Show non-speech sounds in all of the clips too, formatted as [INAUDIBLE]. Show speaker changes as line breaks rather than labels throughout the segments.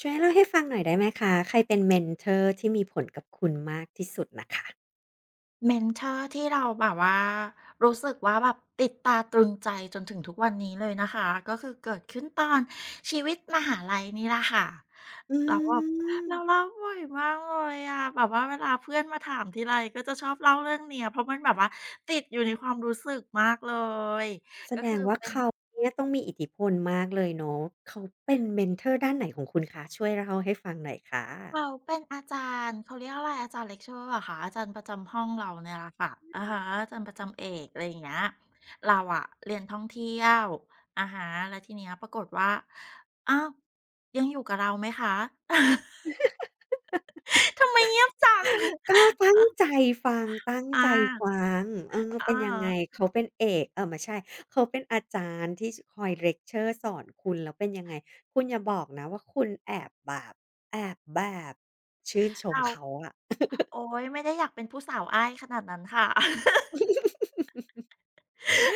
ช่วยเล่าให้ฟังหน่อยได้ไหมคะใครเป็น mentor ทอร์ที่มีผลกับคุณมากที่สุดน่ะค่ะ
เมนเทอร์ที่เราแบบว่ารู้สึกว่าแบบติดตาตรึงใจจนถึงทุกวันนี้เลยนะคะก็คือเกิดขึ้นตอนชีวิตมหาลัยนี่แหละค่ะ
อื
แล้วแบบ
ม
เราเล่าบ่อยมากเลยอะแบบว่าเวลาเพื่อนมาถามทีไรก็จะชอบเล่าเรื่องเนี้ยเพราะมันแบบว่าติดอยู่ในความรู้สึกมากเลย
แส
ก็
ด
คือ
งว่า
เป็น
เขาเนี่ยต้องมีอิทธิพลมากเลยเนาะเขาเป็น mentor ด้านไหนของคุณคะช่วยเล่าให้ฟังหน่อยค่ะ
เขาเป็นอาจารย์เขาเรียกอะไรอาจารย์เล c เชอร์เหรอะค่ะอาจารย์ประจำห้องเราเนี่ยแหละค่ะอะฮะอาจารย์ประจำเอกอะไรอย่างเงี้ยเราอะเรียนท่องเที่ยวอะฮะแล้วทีเนี้ยปรากฏว่าอ้าวยังอยู่กับเราไหมคะ [LAUGHS] ทำไมเงียบจัง
ก็ตั้งใจฟังตั้งใจ
อา
ฟังเออ
อะ
เป็นยังไง
ฮะ
เขาเป็นเอกเออไม่ใช่เขาเป็นอาจารย์ที่ชคอยเลกเชอร์สอนคุณแล้วเป็นยังไงคุณอย่าบอกนะว่าคุณแอบแบบแอบแบบชื่นชม
เรา
เขาอะ
โอ๊ยไม่ได้อยากเป็นผู้สาวอ้ายขนาดนั้นค่ะ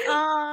เออ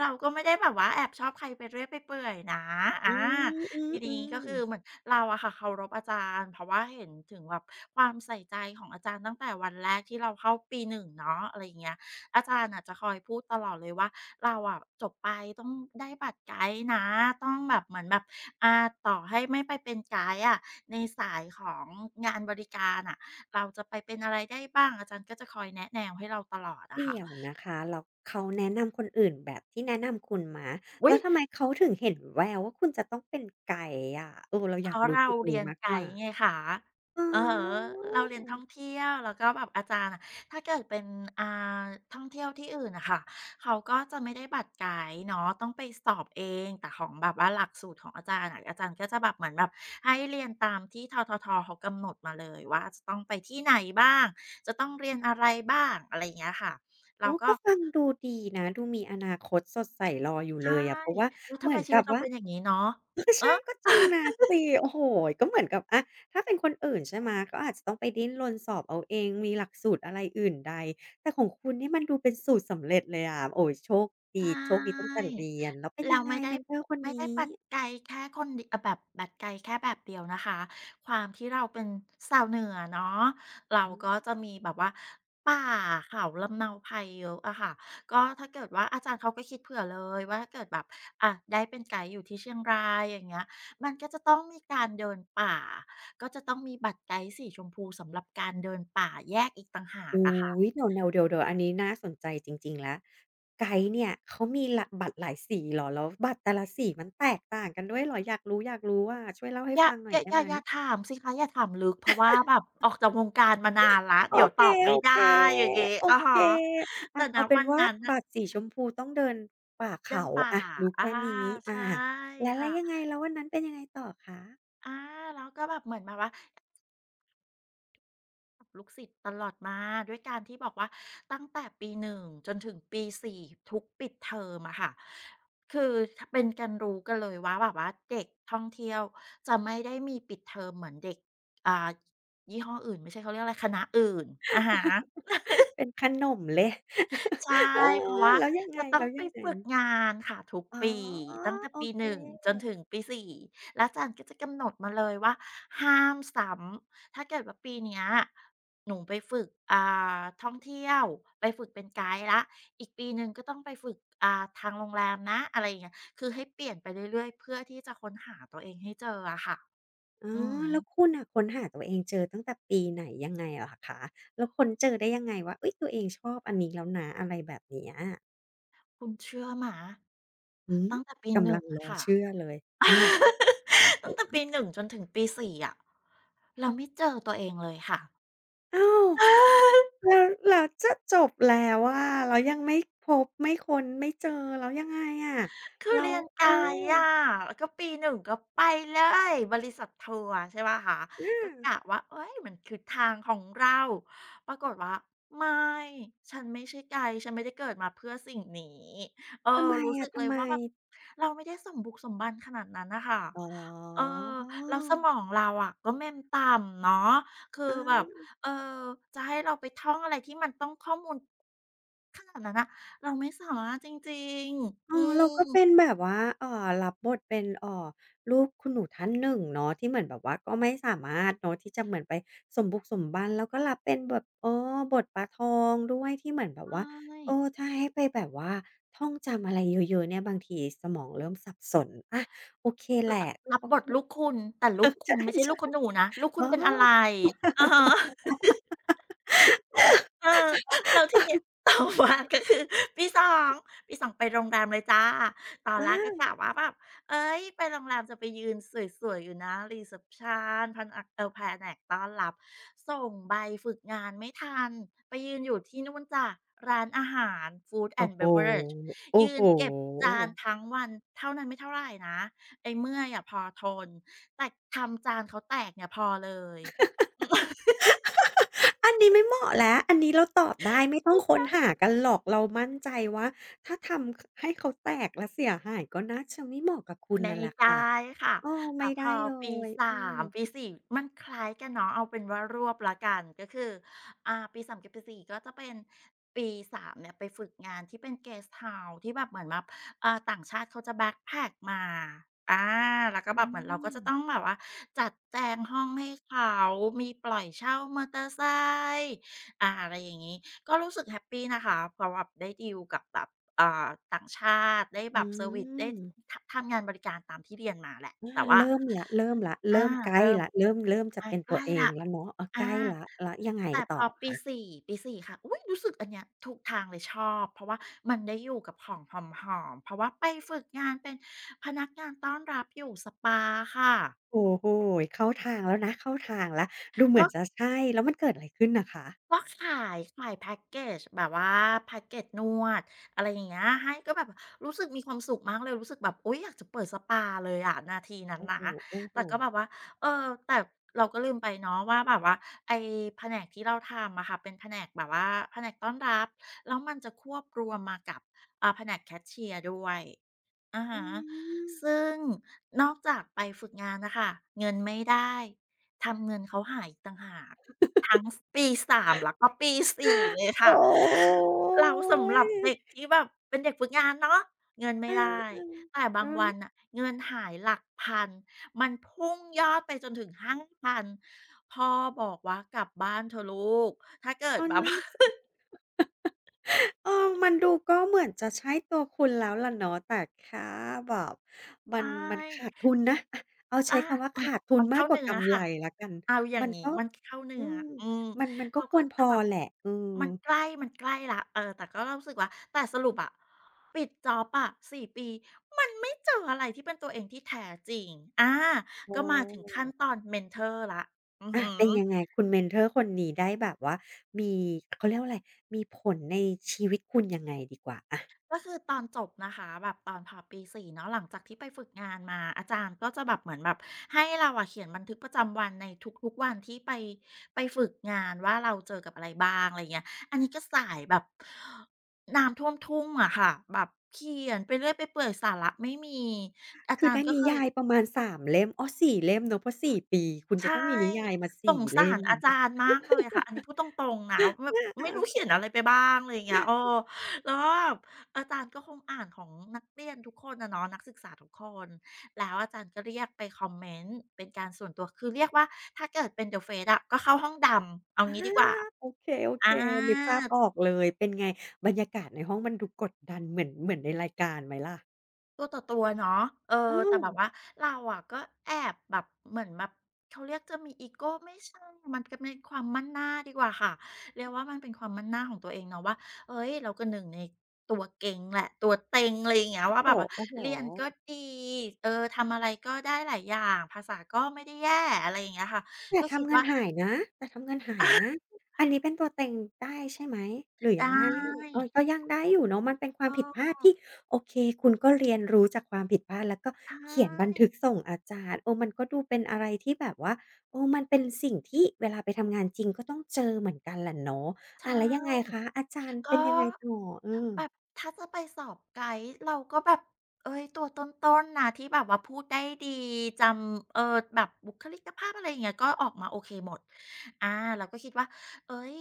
เราก็ไม่ได้แบบว่าแอบชอบใครไปเรื่อยไปเปื่อยนะ
อื
อา
มอืม
ที
อื
นี้
ม
ก็คือเหมือนเราอะค่ะเคารพอาจารย์เพราะว่าเห็นถึงแบบความใส่ใจของอาจารย์ตั้งแต่วันแรกที่เราเข้าปีหนึ่งเนาะอะไรอย่างเงี้ยอาจารย์อะจะคอยพูดตลอดเลยว่าเราอะจบไปต้องได้บัตรไกด์นะต้องแบบเหมือนแบบอ่าต่อให้ไม่ไปเป็นไกด์อะในสายของงานบริการอะเราจะไปเป็นอะไรได้บ้างอาจารย์ก็จะคอยแนะแนวให้เราตลอดอะ
เดี๋
ค่ะ
ยวนะคะแล้วเขาแนะนำคนอื่นแบบที่แนะนำคุณไหม
อุ๊
แล้
ย
วทำไมเขาถึงเห็นแววว่าคุณจะต้องเป็นไกด์อะเออ เรา
เพ
อยาก
ราะ
รู้
เรา
จุด
เรี
นี้
ยน
มาก
ไก
กว่า
ด์ไงคะ
อ๋
ออฮะ
อ
เราเรียนท่องเที่ยวแล้วก็แบบอาจารย์อะถ้าเกิดเป็นอ่าท่องเที่ยวที่อื่นน่ะค่ะเขาก็จะไม่ได้บัตรไกด์เนาะต้องไปสอบเองแต่ของแบบว่าหลักสูตรของอาจารย์อะอาจารย์ก็จะแบบเหมือนแบบให้เรียนตามที่ทเขากำหนดมาเลยว่าจะต้องไปที่ไหนบ้างจะต้องเรียนอะไรบ้างอะไรอย่างเงี้ยค่ะเรา
โอ้
ก็
ก็ฟังดูดีนะ ดูมีอนาคตสดใสรออยู่
ใช่
เลยอะเพราะว่า
แล้ว
เห
ทำ
มื
ไม
อน
ชีวิ
กั
ต
บ
เรา
ว่า
เป็นอย่างงี้เนาะ
ก็
เออ
ใช่ก็จริงนะสิโอ้โฮก็เหมือนกับอะถ้าเป็นคนอื่นใช่ไหมก็อาจจะต้องไปดิ้นรนสอบเอาเองมีหลักสูตรอะไรอื่นใดแต่ของคุณนี่มันดูเป็นสูตรสำเร็จเลยอะโอ้โฮโชคดี
ใช
โชคดีตั้ง
่
แต่เรียนแล้วเป็น
เรา
ยั
ว
งไง
ไม่ได้
เมนทอร์คน
ไม่ได้
นี้
ปัดไกลแค่คนเดยวแบบปัดไกลแค่แบบเดียวนะคะความที่เราเป็นชาวเหนือเนาะเรา
อื
ก็
ม
จะมีแบบว่าป่าเขาลำเนาไพรเยอะอะค่ะก็ถ้าเกิดว่าอาจารย์เขาก็คิดเผื่อเลยว่าถ้าเกิดแบบได้เป็นไกด์อยู่ที่เชียงรายอย่างเงี้ยมันก็จะต้องมีการเดินป่าก็จะต้องมีบัตรไกด์สีชมพูสำหรับการเดินป่าแยกอีกต่างหาก
อุ๊
อะ
ย
ค่ะ
เดี๋ยวๆเดี๋ยวๆอันนี้น่าสนใจจริงๆแล้วไกด์เนี่ยเขามีหละบัตรหลายสีเหรอแล้วบัตรแต่ละสีมันแตกต่างกันด้วยเหรออยากรู้ๆอะช่วยเล่าให้
อย่า
ฟังห
อ
น่อย
ย่า
ได้
อย่า
ไหม
อย่าถามสิคะอย่าถามลึกเพราะว่าแบบออกจากวงการมานานแล้ว
โอ
เดี๋ยวต
เค
อบไม่
โอ
ได้
เค
อย่างงี้
โอ
อะ
เค
ฮะแต่
อะ
ณ
เอาเป็น
วัน
ว่า
นั้นน่ะ
บัตรสีชมพูต้องเดินป่า
เดิน
เขา
ป่า
อะรู้
อา
แค่นี้อา
ใช่
แล้วแล้ว
ค่ะ
ยังไงแล้ววันนั้นเป็นยังไงต่อคะ
อาแล้วก็แบบเหมือนแบบว่า กับลูกศิษย์ตลอดมาด้วยการที่บอกว่าตั้งแต่ปีหนึ่งจนถึงปีสี่ทุกปิดเทอมอะค่ะคือเป็นกันรู้กันเลยว่าแบบว่าเด็กท่องเที่ยวจะไม่ได้มีปิดเทอมเหมือนเด็กอ่ายี่ห้ออื่นไม่ใช่เขาเรียกอะไรคณะอื่นอ่ะฮะ
เป็นขนมเลย
ใช่
[LAUGHS] เออ
เพราะว่า
แล้วยังไง
จะต้อง
แล้ว
ไป
ยังไง
ฝึกงานค่ะทุก
อ๋อ
ปีตั้งแต่
โอ
ปี
เค
หนึ่งจนถึงปีสี่แล้วอาจารย์ก็จะกำหนดมาเลยว่าห้ามซ้ำถ้าเกิดว่าปีเนี้ยหนูไปฝึกท่องเที่ยวไปฝึกเป็นไกด์แล้วอีกปีหนึ่งก็ต้องไปฝึกทางโรงแรมนะอะไรอย่างเงี้ยคือให้เปลี่ยนไปเรื่อยๆเพื่อที่จะค้นหาตัวเองให้เจออะค่ะ
อ๋
อือ
อแล้
ฮึ
วคุณน่ะค้นหาตัวเองเจอตั้งแต่ปีไหนยังไงเหรอคะแล้วค้นเจอได้ยังไงว่าเฮ้ยตัวเองชอบอันนี้แล้วนะอะไรแบบเนี้ย
คุณเชื่อไหม
หือ
ตั้งแต่ปี
กำ
1
ลังร
อะ
อ
ค่ะ
เชื่อเลยอืม
[LAUGHS] ตั้งแต่ปีหนึ่งจนถึงปีสี่อะ เราไม่เจอตัวเองเลยค่ะ
อ้าว
[LAUGHS]
แล้วแล้วจะจบแล้วอะแล้วยังไม่พบไม่ค้นไม่เจอแล้วยังไงอะ
คือ
เรา
เรียนไก
เออ
ด์อะแล้วก็ปีหนึ่งก็ไปเลย บริษัททัวร์ใช่เปล่าคะ
อ
ก็กะ
า
ว่าเฮ้ยมันคือทางของเรา ปรากฏว่าไม่ ฉันไม่ใช่ไกด์ฉันไม่ได้เกิดมาเพื่อสิ่งนี้เออ
ทำไม
รู้สึ
อะ
กเล
ทำ
ย
ไม
ว่าแบบเราไม่ได้สมบุกสมบันขนาดนั้นน่ะค่ะ
อ๋
เออ
อ
แล้วสมองเราอะก็เมมต่ำเนาะคือ
อา
แบบเออจะให้เราไปท่องอะไรที่มันต้องข้อมูลขนาดนั้นน่ะเราไม่สามารถจริงๆอื
อ๋อเราก็
ม
เป็นแบบว่ารับบทเป็นลูกคุณหนูท่านหนึ่งเนาะที่เหมือนแบบว่าก็ไม่สามารถเนาะที่จะเหมือนไปสมบุกสมบันแล้วก็รับเป็นแบบเออบทปลาทองด้วยที่เหมือนแบบว่า
ใช่
เออถ้าให้ไปแบบว่าท่องจำอะไรเยอะๆเนี่ยบางทีสมองเริ่มสับสนอาโอเคแห
ร
ละ [LAUGHS]
รั
เพ
บ
ราะ
บท
เขา
ลูกคุณแต่ลูกคุ
ใช
ณไม่ใช่ลู
่
กคุณหนูนะลูก
ๆ
คุ
อ๋อ
ณเป็นอะไรอะฮะ เออแล้วทีเนี้ย [LAUGHS] ต่อมาก็คือปีสองปีสองไปโรงแรมเลยจ้ะตอนแรกก็
อา
กะว่าแบบเฮ้ยไปโรงแรมจะไปยืนสวยๆอยู่หน้ารีเซปชันพนักแผนกต้อนรับส่งใบฝึกงานไม่ทันไปยืนอยู่ที่นู่นจ้ะร้านอาหาร Food
โอ้
and
โฮ
Beverage
โอ้
ยื
โฮ
นเก็บจานทั้งวันเท่านั้นไม่เท่าไรนะไอ้เมื่อยอะพอทนแต่ทำจานเขาแตกเนี่ยพอเลย [LAUGHS]
อันนี้ไม่เหมาะแล้วอันนี้เราตอบได้ไม่ต้องค้นหากันหรอกเรามั่นใจว่าถ้าทำให้เขาแตกและเสียหายก็น่าจะไม่เหมาะกับคุณ
ไม่
นั่นแหละ
ได
ค่ะ
้ค่ะ
เออไม่
พ
ได้
อ
เล
ปี
ย
สามปีสี่มันคล้ายกันเนาะเอาเป็นว่ารวบแล้วกันก็คือปีสามกับปีสี่ก็จะเป็นปีสามเนี่ยไปฝึกงานที่เป็น Guest House ที่แบบเหมือนแบบต่างชาติเขาจะแบ็กแพ็กมาอาแล้วก็
อื
แบบเหมือนเราก็จะต้อง
ม
แบบว่าจัดแจงห้องให้เขามีปล่อยเช่ามอเตอร์ไซค์อะไรอย่างงี้ก็รู้สึกแฮปปีนะคะเพราะแบบได้ดีลกับแบบ อ่าต่างชาติได้แบ
อื
บเซอร์วิซได้
ม
ทำงานบริการตามที่เรียนมาแหละ
อา
แต่ว่า
เริ่มแล้วเริ่มแล้ว
อา
เริ่มใกล้
เริ่ม
แล้วเริ่มเริ่มจะ
อา
เป็น
ใก
ตั
ล้
วเอ
แล้
ง
ว
แล้วเนาะเออ
อา
ใกล้แล้วแล้วยังไง
แต่พ
ต่อ
อปี
คะ
สี่ปีสี่ค่ะอุ๊ยรู้สึกอันเนี้ยถูกทางเลยชอบเพราะว่ามันได้อยู่กับของหอมๆเพราะว่าไปฝึกงานเป็นพนักงานต้อนรับอยู่สปาค่ะ
โอ้โฮเข้าทางแล้วนะเข้าทางแล้วดูเหมือ
ก็
นจะใช่แล้วมันเกิดอะไรขึ้นน่ะคะ
ก็ขายแพ็กเกจแบบว่าแพ็กเกจนวดอะไรอย่างเงี้ยให้ก็แบบรู้สึกมีความสุขมากเลยรู้สึกแบบโอ๊ยอยากจะเปิดสปาเลยอะนาทีนั้น
โอ้
นะ
โฮ
แต่ก็แบบว่า
ๆ
เออแต่เราก็ลืมไปเนาะว่าแบบว่าไอ้แผนกที่เราทำอะค่ะเป็นแผนกแบบว่าแผนกต้อนรับแล้วมันจะควบรวมมากับแผนกแคชเชียร์ด้วย อา
อื
ฮะ
ม
ซึ่งนอกจากไปฝึกงานนะคะเงินไม่ได้ทำเงินเขาหายอีกต่างหากทั้งปี3แล้วก็ปี4เลย
โอ
ค่ะ
๊
เราสำหรับเด็ก
ย
ที่แบบเป็นเด็กฝึกงานเนาะเงิน
เอ
ไม่
อ
ได้แต่
ๆ
บา
แล้
งวัน
ว
อ่ะเงินหายหลักพันมันพุ่งยอดไปจนถึงห้างพ่อบอกว่ากลับบ้านเถอะลูกถ้าเกิด
อ้อ
แบบ
นั่นส
[LAUGHS]
เออมันดูก็เหมือนจะใช่ตัวคุณแล้วล่ะเนาะแต่แค่แบบมัน
ใช่
มันขาดทุนนะ [LAUGHS] อะเอาใช้
อา
คำว่า
มัน
ขาดทุ
มั
น
น
มา
เข้า
กกว่า
เนื้อ
กำไร
ค่ะ
แล้วกัน
เอาอย่า
มั
ง
น
งี้
ก็
มันเข้า
อื
เนื้อ
ม
อืม
มันก็
เรา
ค
ก็
วรพ
จะ
อ
แบบ
แหละเือ
มันใกล้แล้วเออแต่ก็รู้สึกว่าแต่สรุปอะปิดจ็อบอะสี่ปีมันไม่เจออะไรที่เป็นตัวเองที่แท้จริงอา
โ
ก็มาถึงขั้นต
ออ
อน mentor แล้วอือ
อะ
ฮึ
เป็นยังไงคุณเมนทอร์คนนี้ได้แบบว่ามีเขาเรียกว่าอะไรมีผลในชีวิตคุณยังไงดีกว่าอะ
ก็คือตอนจบนะคะแบบตอนพอปีสี่เนาะหลังจากที่ไปฝึกงานมาอาจารย์ก็จะแบบเหมือนแบบให้เราอะเขียนบันทึกประจำวันในทุกๆวันที่ไปฝึกงานว่าเราเจอกับอะไรบ้างอะไรเงี้ยอันนี้ก็สายแบบน้ำท่วมทุ่งอะค่ะแบบเขียนไปเรื่อยไปเปื่อยสาระไม่มีอา
คือ
จาร
ได้
ย์ก็
นิ
เคย
ยายประมาณ3เล่มอ๋อ4เล่มเนาะเพราะ4ปีคุณจะ
ใช่
ต้องมีนิยายมา
ส
4
งสา
เล่
ร
ม
อาจารย์มากเลยค่ะอันนี้พูดตรงๆนะแบบ
อา
ไม่รู้
[LAUGHS]
เขียนอะไรไปบ้างอะไรอย่างเงี้ยเออแล้วก็แบบอาจารย์ก็คงอ่านของนักเรียนทุกคนอะเนาะนักศึกษาทุกคนแล้วอาจารย์ก็เรียกไปคอมเมนต์เป็นการส่วนตัวคือเรียกว่าถ้าเกิดเป็น The Face อะก็เข้าห้องดำเอา
อา
งี้ดีกว่า
โอเค
อา
ๆนึกภาพออกเลยเป็นไงบรรยากาศในห้องมันดูกดดันเหมือนเหมือนในรายการไหมล่ะ
ตัวต่อตัวเนาะเออ
อ้า
แต่
ว
แบบว่าเราอะก็แอบแบบเหมือนแบบเขาเรียกจะมีอีโกไม่ใช่มันก็เป็นความมั่นหน้าดีกว่าค่ะ เรียกว่ามันเป็นความมั่นหน้าของตัวเองเนาะว่าเฮ้ยเราก็หนึ่งในตัวเก่งแหละตัวเต็งอะไรอย่างเงี้ย
โอ้
ว่า
โฮ
แบบว่า
โอ้โฮ
เรียนก็ดีเออทำอะไรก็ได้หลายอย่างภาษาก็ไม่ได้แย่อะไรอย่างเงี้ยค่ะ
แต่
ก็คิด
ทำเงิน
ว่า
หายนะแต่ทำเงินหาย
า
นะอันนี้เป็นตัวเต็งได้ใช่ไหมหรือ
[LAUGHS] ได
ยังไง
้
เออก็ยังได้อยู่เนาะมันเป็นค
เ
วามผิดพลา
อ
ด
อ
ที่โอเคคุณก็เรียนรู้จากความผิดพลาดแล้วก็
ใช
เขียนบัน
่
ทึกส่งอาจารย์เออมันก็ดูเป็นอะไรที่แบบว่าเออมันเป็นสิ่งที่เวลาไปทำงานจริงก็ต้องเจอเหมือนกันแหละเนาะ
ใช
อาแล้วยังไง
่
คะอาจารย์เป็
ก็
นยังไงต่อเออ
แบบถ้าจะไปสอบไกด์เราก็แบบเอ้ยตัวต้นๆนะที่แบบว่าพูดได้ดีจำเออแบบบุคลิกภาพอะไรอย่างเงี้ยก็ออกมาโอเคหมดเราก็คิดว่าเอ้ย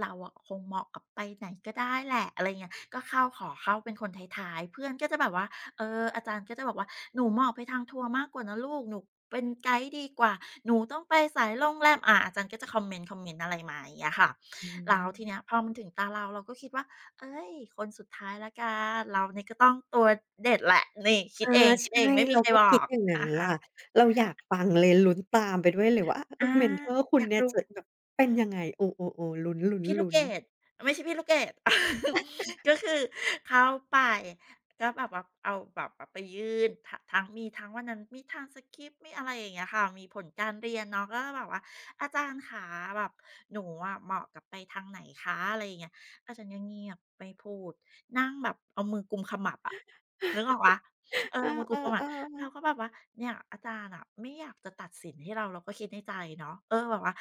เราอะคงเหมาะกับไปไหนก็ได้แหละอะไรเงี้ยก็เข้าขอเข้าเป็นคนท้ายๆเพื่อนก็จะแบบว่าเอออาจารย์ก็จะบอกว่าหนูเหมาะไปทางทัวร์มากกว่านะลูกหนูเป็นไกด์ดีกว่าหนูต้องไปสายโรงแรมอะอาจารย์ก็จะคอมเมนต์อะไรมาอย่างเงี้ยค่ะ
อื
แล้
ม
วทีเนี้ยพอมันถึงตาเราเราก็คิดว่า เอ้ยคนสุดท้ายแล้วกันเราเนี่ยก็ต้องตัวเด็ดแหละนี่คิด
อา
เองคิดเอ
ใช่
งไม่มี
เรา
ใคร
ก็
บอ
คิด
ก
อย่างนั้น
อะ
ล่ะ
ฮะ
เราอยากฟังเลยลุ้นตามไปด้วยเลยว่าเอ
อา
อเมนทอร์คุ
อ
ณ
ยาก
เนี่ย
รู้
จะแบบเป็นยังไงเออๆๆลุ
พี่ลูก
้
เก
นๆ
ด
ๆ
ไม่ใช่พี่ลูกเกด [LAUGHS] ก็คือเขาไปก็แบบว่าเอาแบบว่าไปยื่นทะทั้งมีทั้งวันนั้นมีทางสคริปต์มีอะไรอย่างเงี้ยค่ะมีผลการเรียนเนาะก็แบบว่าอาจารย์ขาแบบหนูอะเหมาะกับไปทางไหนคะอะไรอย่างเงี้ยอาจารย์ก็เงียบไม่พูดนั่งแบบเอามือกุมขมับอะนึกออกป่าเอ
เอ
อมือกุมขมับ
อ
เรา
ๆ
ก็
ๆ
แบบว่า เนี่ยอาจารย์อะไม่อยากจะตัดสินให้เราเราก็คิดในใจเนาะเออแบบว่า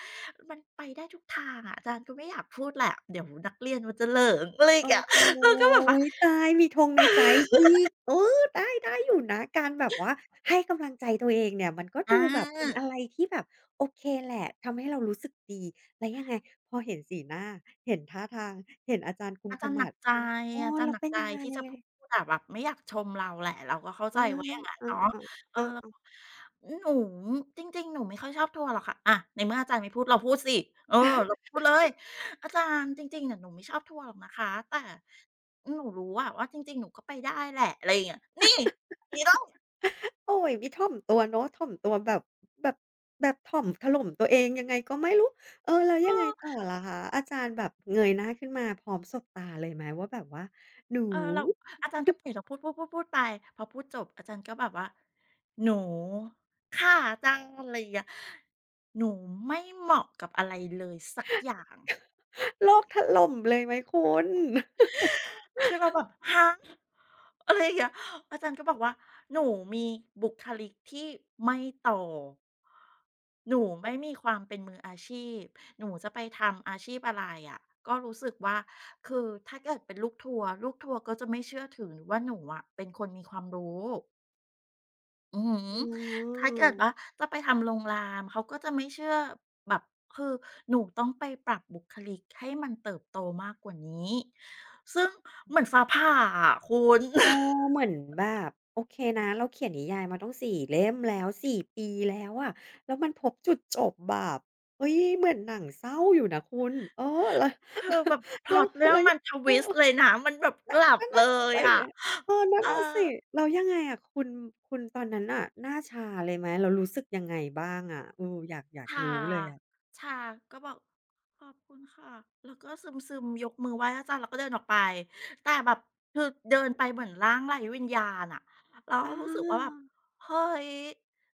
มันไปได้ทุกทางอะอาจารย์ก็ไม่อยากพูดแหละเดี๋ยวนักเรียนมันจะเหลิงอะไรอย่า
โอ้
งเงี้ย
โ
เรา
ฮ
ก็แบบว่า
ตายมีธงในใจอีกเออได้ได้อยู่นะการแบบว่าให้กำลังใจตัวเองเนี่ยมันก็
อา
ดูแบบเป็นอะไรที่แบบโอเคแหละทำให้เรารู้สึกดีแล้วยังไงพอเห็นสีหน้าเห็นท่าทางเห็นอาจารย์กุม
อา
ข
จารย์หนั
มั
ก
บ
ใจ
เออ
อาจาร
แล้
ย์ห
ว
นัก
เป็น
ใจ
ยังไง
ที่จะพูดอะแบบไม่อยากชมเราแหละเราก็เข้าใจ
อา
ว่าอย่างงั้น
เอ
เนาะ
อ
เออแล้ว
ๆ
ก็
ๆๆ
หนูจริงๆหนูไม่ค่อยชอบทัวร์หรอกค่ะอะในเมื่ออาจารย์ไม่พูดเราพูดสิเออเราพูดเลยอาจารย์จริงๆอะหนูไม่ชอบทัวร์หรอกนะคะแต่หนูรู้อะว่าจริงๆหนูก็ไปได้แหละอะไรอย่างเงี้ยนี่อย่างงี้ต้อง
โอ้ยมีถ่อมตัวเนาะถ่อมตัวแบบแบบถ่อมถล่มตัวเองยังไงก็ไม่รู้เออแล้ว
เอ
ยังไงต่อ
อ
ล่ะคะอาจารย์แบบเงยหน้าขึ้นมาพร้อมสบตาเลยไหมว่าแบบว่าหนู
เออเราอาจารย์ก็ปล่อยเราพูดพูดๆๆไปพอพูดจบอาจารย์ก็แบบว่าหนูค่ะอาจารย์อะไรอย่างเงี้ยหนูไม่เหมาะกับอะไรเลยสักอย่าง
โลกถล่มเลยไหมคุณ
คือเราแบบฮะอะไรอย่างเงี้ยอาจารย์ก็บอกว่าหนูมีบุคลิกที่ไม่โตหนูไม่มีความเป็นมืออาชีพหนูจะไปทำอาชีพอะไรอะก็รู้สึกว่าคือถ้าเกิดเป็นลูกทัวร์ลูกทัวร์ก็จะไม่เชื่อถือว่าหนูอะเป็นคนมีความรู้ อือหือ
อ๋อ
ถ้าเกิดว่าจะไปทำโรงแรมเขาก็จะไม่เชื่อแบบคือหนูต้องไปปรับบุคลิกให้มันเติบโตมากกว่านี้ซึ่งเหมือนฟ้าผ่าอะคุณ [LAUGHS]
เออเหมือนแบบโอเคนะเราเขียนนิยายมาต้องสี่เล่มแล้วสี่ปีแล้วอะแล้วมันพบจุดจบแบบเฮ้ยเหมือนหนังเศร้าอยู่นะคุณเออแล้ว [LAUGHS]
คือแบบพ
แล้
ล็อ
ว
ตเรื่อง
แล้ว
มันท
เอ
วิสต์เลย
อ
นะมันแบบกลับ
ก็นั่
เล
นสิ
ยอะ
เออนั่
เอ
น
อ
น่ะสิแล้วยังไงอะคุณคุณตอนนั้นน่ะหน้าชาเลยไหมแล้วรู้สึกยังไงบ้างอะเอออยาก
ชา
รู้เลยอะ
ชา ก็บอกขอบคุณค่ะ แล้วก็ซึมๆยกมือไหว้อาจารย์แล้วก็เดินออกไป แต่แบบคือเดินไปเหมือนร่างไร้วิญญาณอะเรา
อ
ก็รู้สึกว่าแบบ
า
เฮ้ย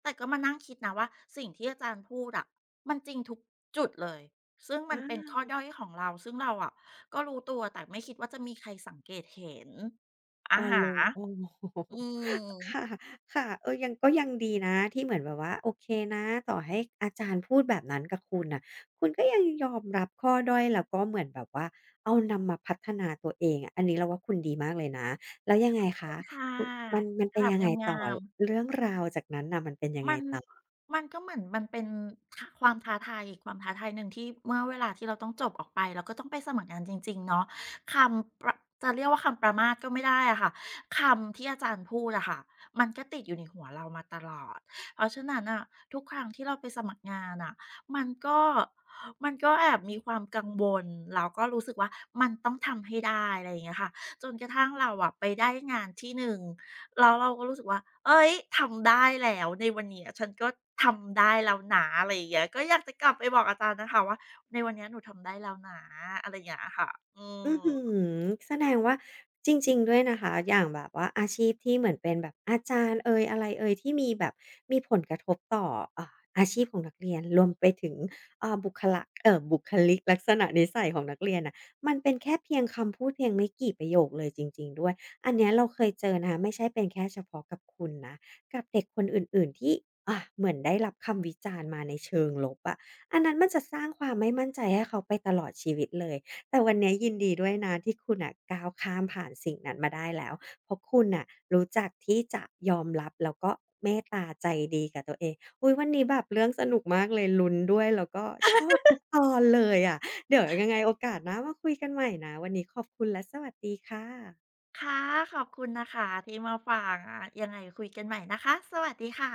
แต่ก็มานั่งคิดนะว่าสิ่งที่อาจารย์พูดอะมันจริงทุกจุดเลย ซึ่งมันเป็น
อา
ข้อด้อยของเรา ซึ่งเราอะก็รู้ตัวแต่ไม่คิดว่าจะมีใครสังเกตเห็น
อ๋
อะ
อ
ฮ
เลยโอ้
ะ
โ
อื
ฮ
ม
ค่ะค่ะเออยังก็ยังดีนะที่เหมือนแบบว่าโอเคนะต่อให้อาจารย์พูดแบบนั้นกับคุณน่ะคุณก็ยังยอมรับข้อด้อยแล้วก็เหมือนแบบว่าเอานำมาพัฒนาตัวเองอะอันนี้เราว่าคุณดีมากเลยนะแล้วยังไง
ขอบคุ
คะ
ณค่ะ
คุณมัน
ก
เป็น
ราบ
ยังไงต่อ
งามๆ
เรื่องราวจากนั้นน่ะมันเป็นยังไง
มัน
ต่อ
มันก็เหมือนมันเป็นทความท้าทายอีกความท้าทายหนึ่งที่เมื่อเวลาที่เราต้องจบออกไปแล้วก็ต้องไปสมัครงานจริงๆเนาะคำประจะเรียกว่าคำประมาทก็ไม่ได้อะค่ะคำที่อาจารย์พูดอะค่ะมันก็ติดอยู่ในหัวเรามาตลอดเพราะฉะนั้นน่ะทุกครั้งที่เราไปสมัครงานน่ะมันก็มันก็แอบมีความกังวลแล้วก็รู้สึกว่ามันต้องทำให้ได้อะไรอย่างเงี้ยค่ะจนกระทั่งเราอะไปได้งานที่หนึ่ง แล้วเราก็รู้สึกว่าเอ้ยทำได้แล้วในวันเนี้ยฉันก็ทำได้แล้วนะอะไรอย่างเงี้ยก็อยากจะกลับไปบอกอาจารย์นะคะว่าในวันเนี้ยหนูทำได้แล้วนะอะไรอย่างเงี้ยค่ะอื
อื้อฮื
ม
อแสดงว่าจริงๆด้วยนะคะอย่างแบบว่าอาชีพที่เหมือนเป็นแบบอาจารย์เอยอะไรเอยที่มีแบบมีผลกระทบต่อเอ่าอาชีพของนักเรียนรวมไปถึงเอ่อบุคละเอ่อบุคลิกลักษณะนิสัยของนักเรียนน่ะมันเป็นแค่เพียงคำพูดเพียงไม่กี่ประโยคเลยจริงๆด้วยอันเนี้ยเราเคยเจอนะคะไม่ใช่เป็นแค่เฉพาะกับคุณนะกับเด็กคนอื่นๆที่อ่ะเหมือนได้รับคำวิจารณ์มาในเชิงลบอะอันนั้นมันจะสร้างความไม่มั่นใจให้เขาไปตลอดชีวิตเลย แต่วันเนี้ยยินดีด้วยนะที่คุณน่ะก้าวข้ามผ่านสิ่งนั้นมาได้แล้วเพราะคุณน่ะรู้จักที่จะยอมรับแล้วก็เมตตาใจดีกับตัวเองอุ๊ยวันนี้แบบเรื่องสนุกมากเลยลุ้นด้วยแล้วก็ชอบทุกตอนเลยอะเดี๋ยวยังไงโอกาสหน้ามาคุยกันใหม่นะวันนี้ขอบคุณและสวัสดีค่ะ
ค่ะขอบคุณนะคะที่มาฟังอ่ะยังไงคุยกันใหม่นะคะสวัสดีค่ะ